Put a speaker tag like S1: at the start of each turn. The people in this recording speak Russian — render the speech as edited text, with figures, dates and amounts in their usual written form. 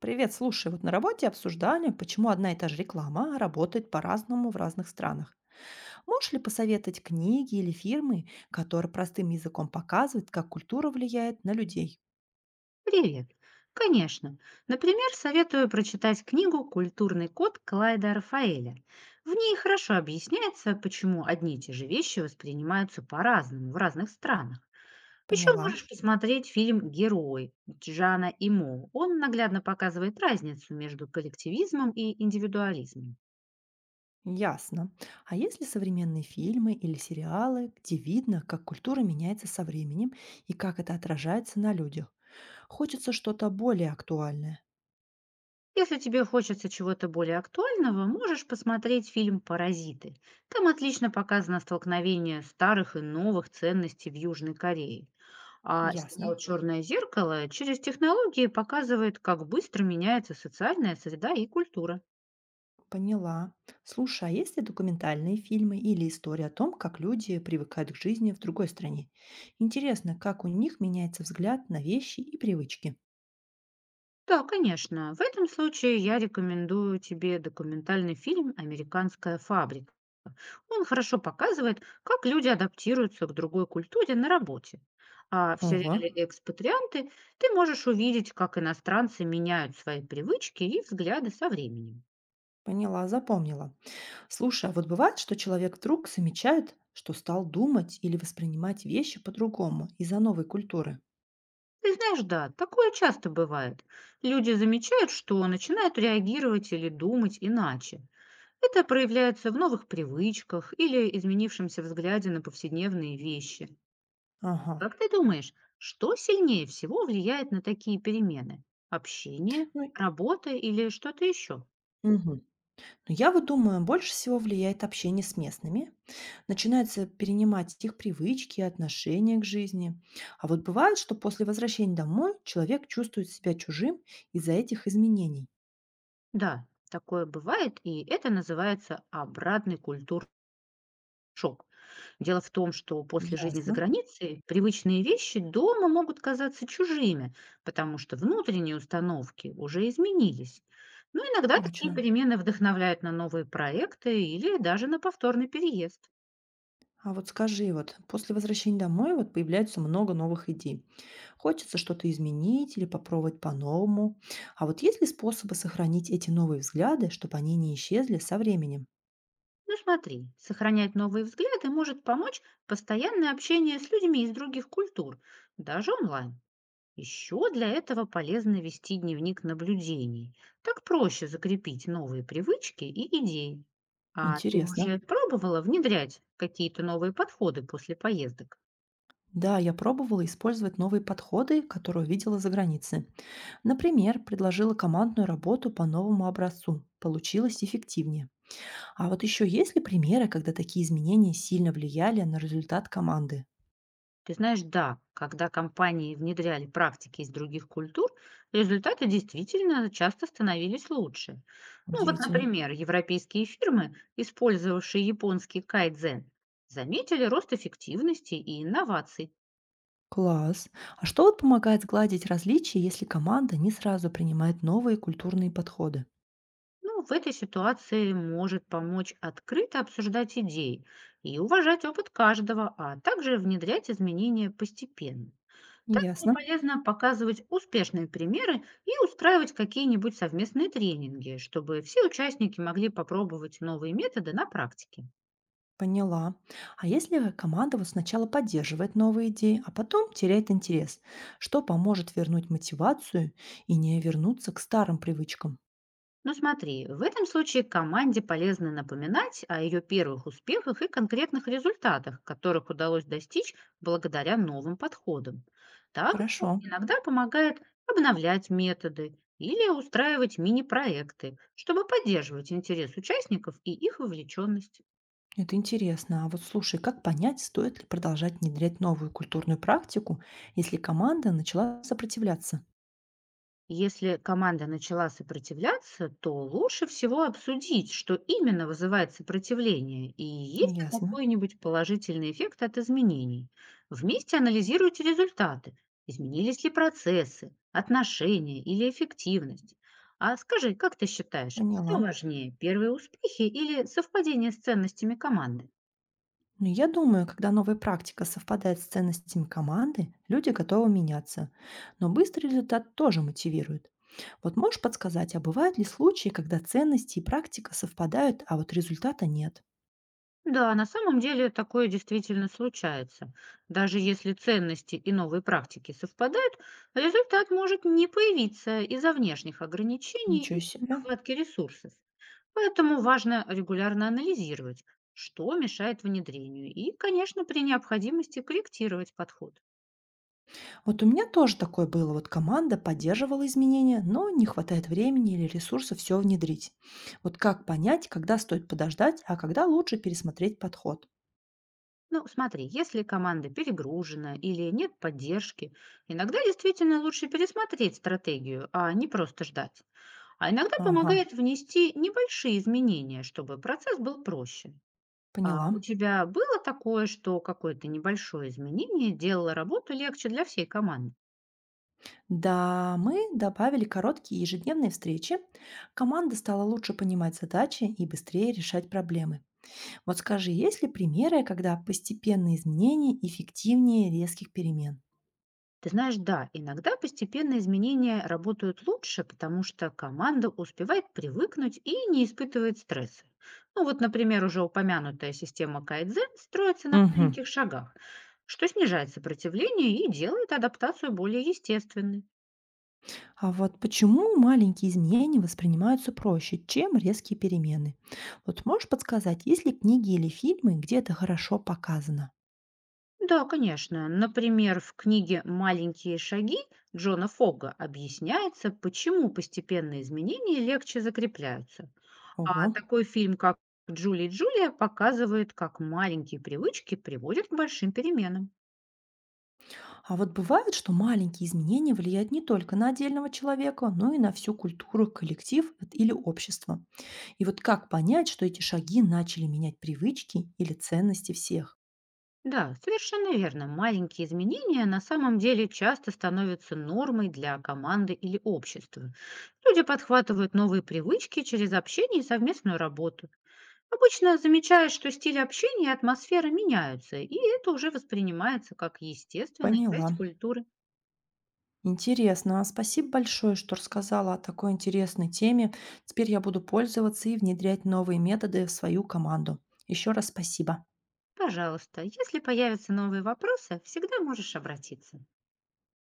S1: Привет, слушай, вот на работе обсуждали, почему одна и та же реклама работает по-разному в разных странах. Можешь ли посоветовать книги или фирмы, которые простым языком показывают, как культура влияет на людей?
S2: Привет. Конечно. Например, советую прочитать книгу «Культурный код» Клайда Рафаэля. В ней хорошо объясняется, почему одни и те же вещи воспринимаются по-разному в разных странах. Еще
S1: Поняла.
S2: можешь посмотреть фильм «Герой» Джана Имо. Он наглядно показывает разницу между коллективизмом и индивидуализмом.
S1: Ясно. А есть ли современные фильмы или сериалы, где видно, как культура меняется со временем и как это отражается на людях? Хочется что-то более актуальное.
S2: Если тебе хочется чего-то более актуального, можешь посмотреть фильм «Паразиты». Там отлично показано столкновение старых и новых ценностей в Южной Корее. А
S1: Ясно.
S2: сериал "Черное зеркало" через технологии показывает, как быстро меняется социальная среда и культура.
S1: Поняла. Слушай, а есть ли документальные фильмы или истории о том, как люди привыкают к жизни в другой стране? Интересно, как у них меняется взгляд на вещи и привычки.
S2: Да, конечно. В этом случае я рекомендую тебе документальный фильм "Американская фабрика". Он хорошо показывает, как люди адаптируются к другой культуре на работе. А в
S1: Ого,
S2: сериале "Экспатрианты" ты можешь увидеть, как иностранцы меняют свои привычки и взгляды со временем.
S1: поняла, запомнила. Слушай, а вот бывает, что человек вдруг замечает, что стал думать или воспринимать вещи по-другому из-за новой культуры?
S2: Ты знаешь, да, такое часто бывает. Люди замечают, что начинают реагировать или думать иначе. Это проявляется в новых привычках или изменившемся взгляде на повседневные вещи.
S1: Ага.
S2: Как ты думаешь, что сильнее всего влияет на такие перемены? Общение,
S1: Ну,
S2: работа или что-то еще?
S1: мгм. Но я вот думаю, больше всего влияет общение с местными, начинается перенимать их привычки, отношения к жизни. А вот бывает, что после возвращения домой человек чувствует себя чужим из-за этих изменений.
S2: Да, такое бывает, и это называется обратный культурный шок. Дело в том, что после жизни за
S1: Ясно,
S2: границей привычные вещи дома могут казаться чужими, потому что внутренние установки уже изменились. Но иногда такие
S1: точно.
S2: перемены вдохновляют на новые проекты или даже на повторный переезд.
S1: А вот скажи, вот после возвращения домой вот появляется много новых идей. Хочется что-то изменить или попробовать по-новому. А вот есть ли способы сохранить эти новые взгляды, чтобы они не исчезли со временем?
S2: Ну смотри, сохранять новые взгляды может помочь постоянное общение с людьми из других культур, даже онлайн. Еще для этого полезно вести дневник наблюдений. Так проще закрепить новые привычки и идеи. А ты
S1: Интересно.
S2: уже пробовала внедрять какие-то новые подходы после поездок?
S1: Да, я пробовала использовать новые подходы, которые увидела за границей. Например, предложила командную работу по новому образцу. Получилось эффективнее. А вот еще есть ли примеры, когда такие изменения сильно влияли на результат команды?
S2: Ты знаешь, да, когда компании внедряли практики из других культур, результаты действительно часто становились лучше. Ну вот,
S1: Удивительно.
S2: например, европейские фирмы, использовавшие японский кайдзен, заметили рост эффективности и инноваций.
S1: Класс. А что вот помогает сгладить различия, если команда не сразу принимает новые культурные подходы?
S2: Ну, в этой ситуации может помочь открыто обсуждать идеи и уважать опыт каждого, а также внедрять изменения постепенно. Также
S1: Ясно.
S2: полезно показывать успешные примеры и устраивать какие-нибудь совместные тренинги, чтобы все участники могли попробовать новые методы на практике.
S1: Поняла. А если команда вот сначала поддерживает новые идеи, а потом теряет интерес, что поможет вернуть мотивацию и не вернуться к старым привычкам?
S2: Ну смотри, в этом случае команде полезно напоминать о ее первых успехах и конкретных результатах, которых удалось достичь благодаря новым подходам. Также
S1: Хорошо.
S2: иногда помогает обновлять методы или устраивать мини-проекты, чтобы поддерживать интерес участников и их вовлеченность.
S1: Это интересно. А вот слушай, как понять, стоит ли продолжать внедрять новую культурную практику, если команда начала сопротивляться?
S2: Если команда начала сопротивляться, то лучше всего обсудить, что именно вызывает сопротивление и есть ли
S1: Ясно,
S2: какой-нибудь положительный эффект от изменений. Вместе анализируйте результаты, изменились ли процессы, отношения или эффективность. А скажи, как ты считаешь,
S1: поняла.
S2: что важнее, первые успехи или совпадение с ценностями команды?
S1: Но я думаю, когда новая практика совпадает с ценностями команды, люди готовы меняться. Но быстрый результат тоже мотивирует. Вот можешь подсказать, а бывают ли случаи, когда ценности и практика совпадают, а вот результата нет?
S2: Да, на самом деле такое действительно случается. Даже если ценности и новые практики совпадают, результат может не появиться из-за внешних ограничений
S1: Ничего
S2: и
S1: себе.
S2: нехватки ресурсов. Поэтому важно регулярно анализировать, что мешает внедрению, и, конечно, при необходимости корректировать подход.
S1: Вот у меня тоже такое было. Вот команда поддерживала изменения, но не хватает времени или ресурсов все внедрить. Вот как понять, когда стоит подождать, а когда лучше пересмотреть подход?
S2: Ну, смотри, если команда перегружена или нет поддержки, иногда действительно лучше пересмотреть стратегию, а не просто ждать. А иногда
S1: Ага,
S2: помогает внести небольшие изменения, чтобы процесс был проще. А
S1: поняла.
S2: у тебя было такое, что какое-то небольшое изменение делало работу легче для всей команды?
S1: Да, мы добавили короткие ежедневные встречи. Команда стала лучше понимать задачи и быстрее решать проблемы. Вот скажи, есть ли примеры, когда постепенные изменения эффективнее резких перемен?
S2: Ты знаешь, да, иногда постепенно изменения работают лучше, потому что команда успевает привыкнуть и не испытывает стресса. Ну вот, например, уже упомянутая система Кайдзен строится на
S1: Мгм.
S2: маленьких шагах, что снижает сопротивление и делает адаптацию более естественной.
S1: А вот почему маленькие изменения воспринимаются проще, чем резкие перемены? Вот можешь подсказать, есть ли книги или фильмы, где это хорошо показано?
S2: Да, конечно. Например, в книге «Маленькие шаги» Джона Фога объясняется, почему постепенные изменения легче закрепляются.
S1: Ого.
S2: А такой фильм, как «Джули и Джулия», показывает, как маленькие привычки приводят к большим переменам.
S1: А вот бывает, что маленькие изменения влияют не только на отдельного человека, но и на всю культуру, коллектив вот, или общество. И вот как понять, что эти шаги начали менять привычки или ценности всех?
S2: Да, совершенно верно. Маленькие изменения на самом деле часто становятся нормой для команды или общества. Люди подхватывают новые привычки через общение и совместную работу. Обычно замечаешь, что стиль общения и атмосфера меняются, и это уже воспринимается как естественная
S1: Поняла.
S2: часть культуры.
S1: Интересно. А спасибо большое, что рассказала о такой интересной теме. Теперь я буду пользоваться и внедрять новые методы в свою команду. Еще раз спасибо.
S2: Пожалуйста, если появятся новые вопросы, всегда можешь обратиться.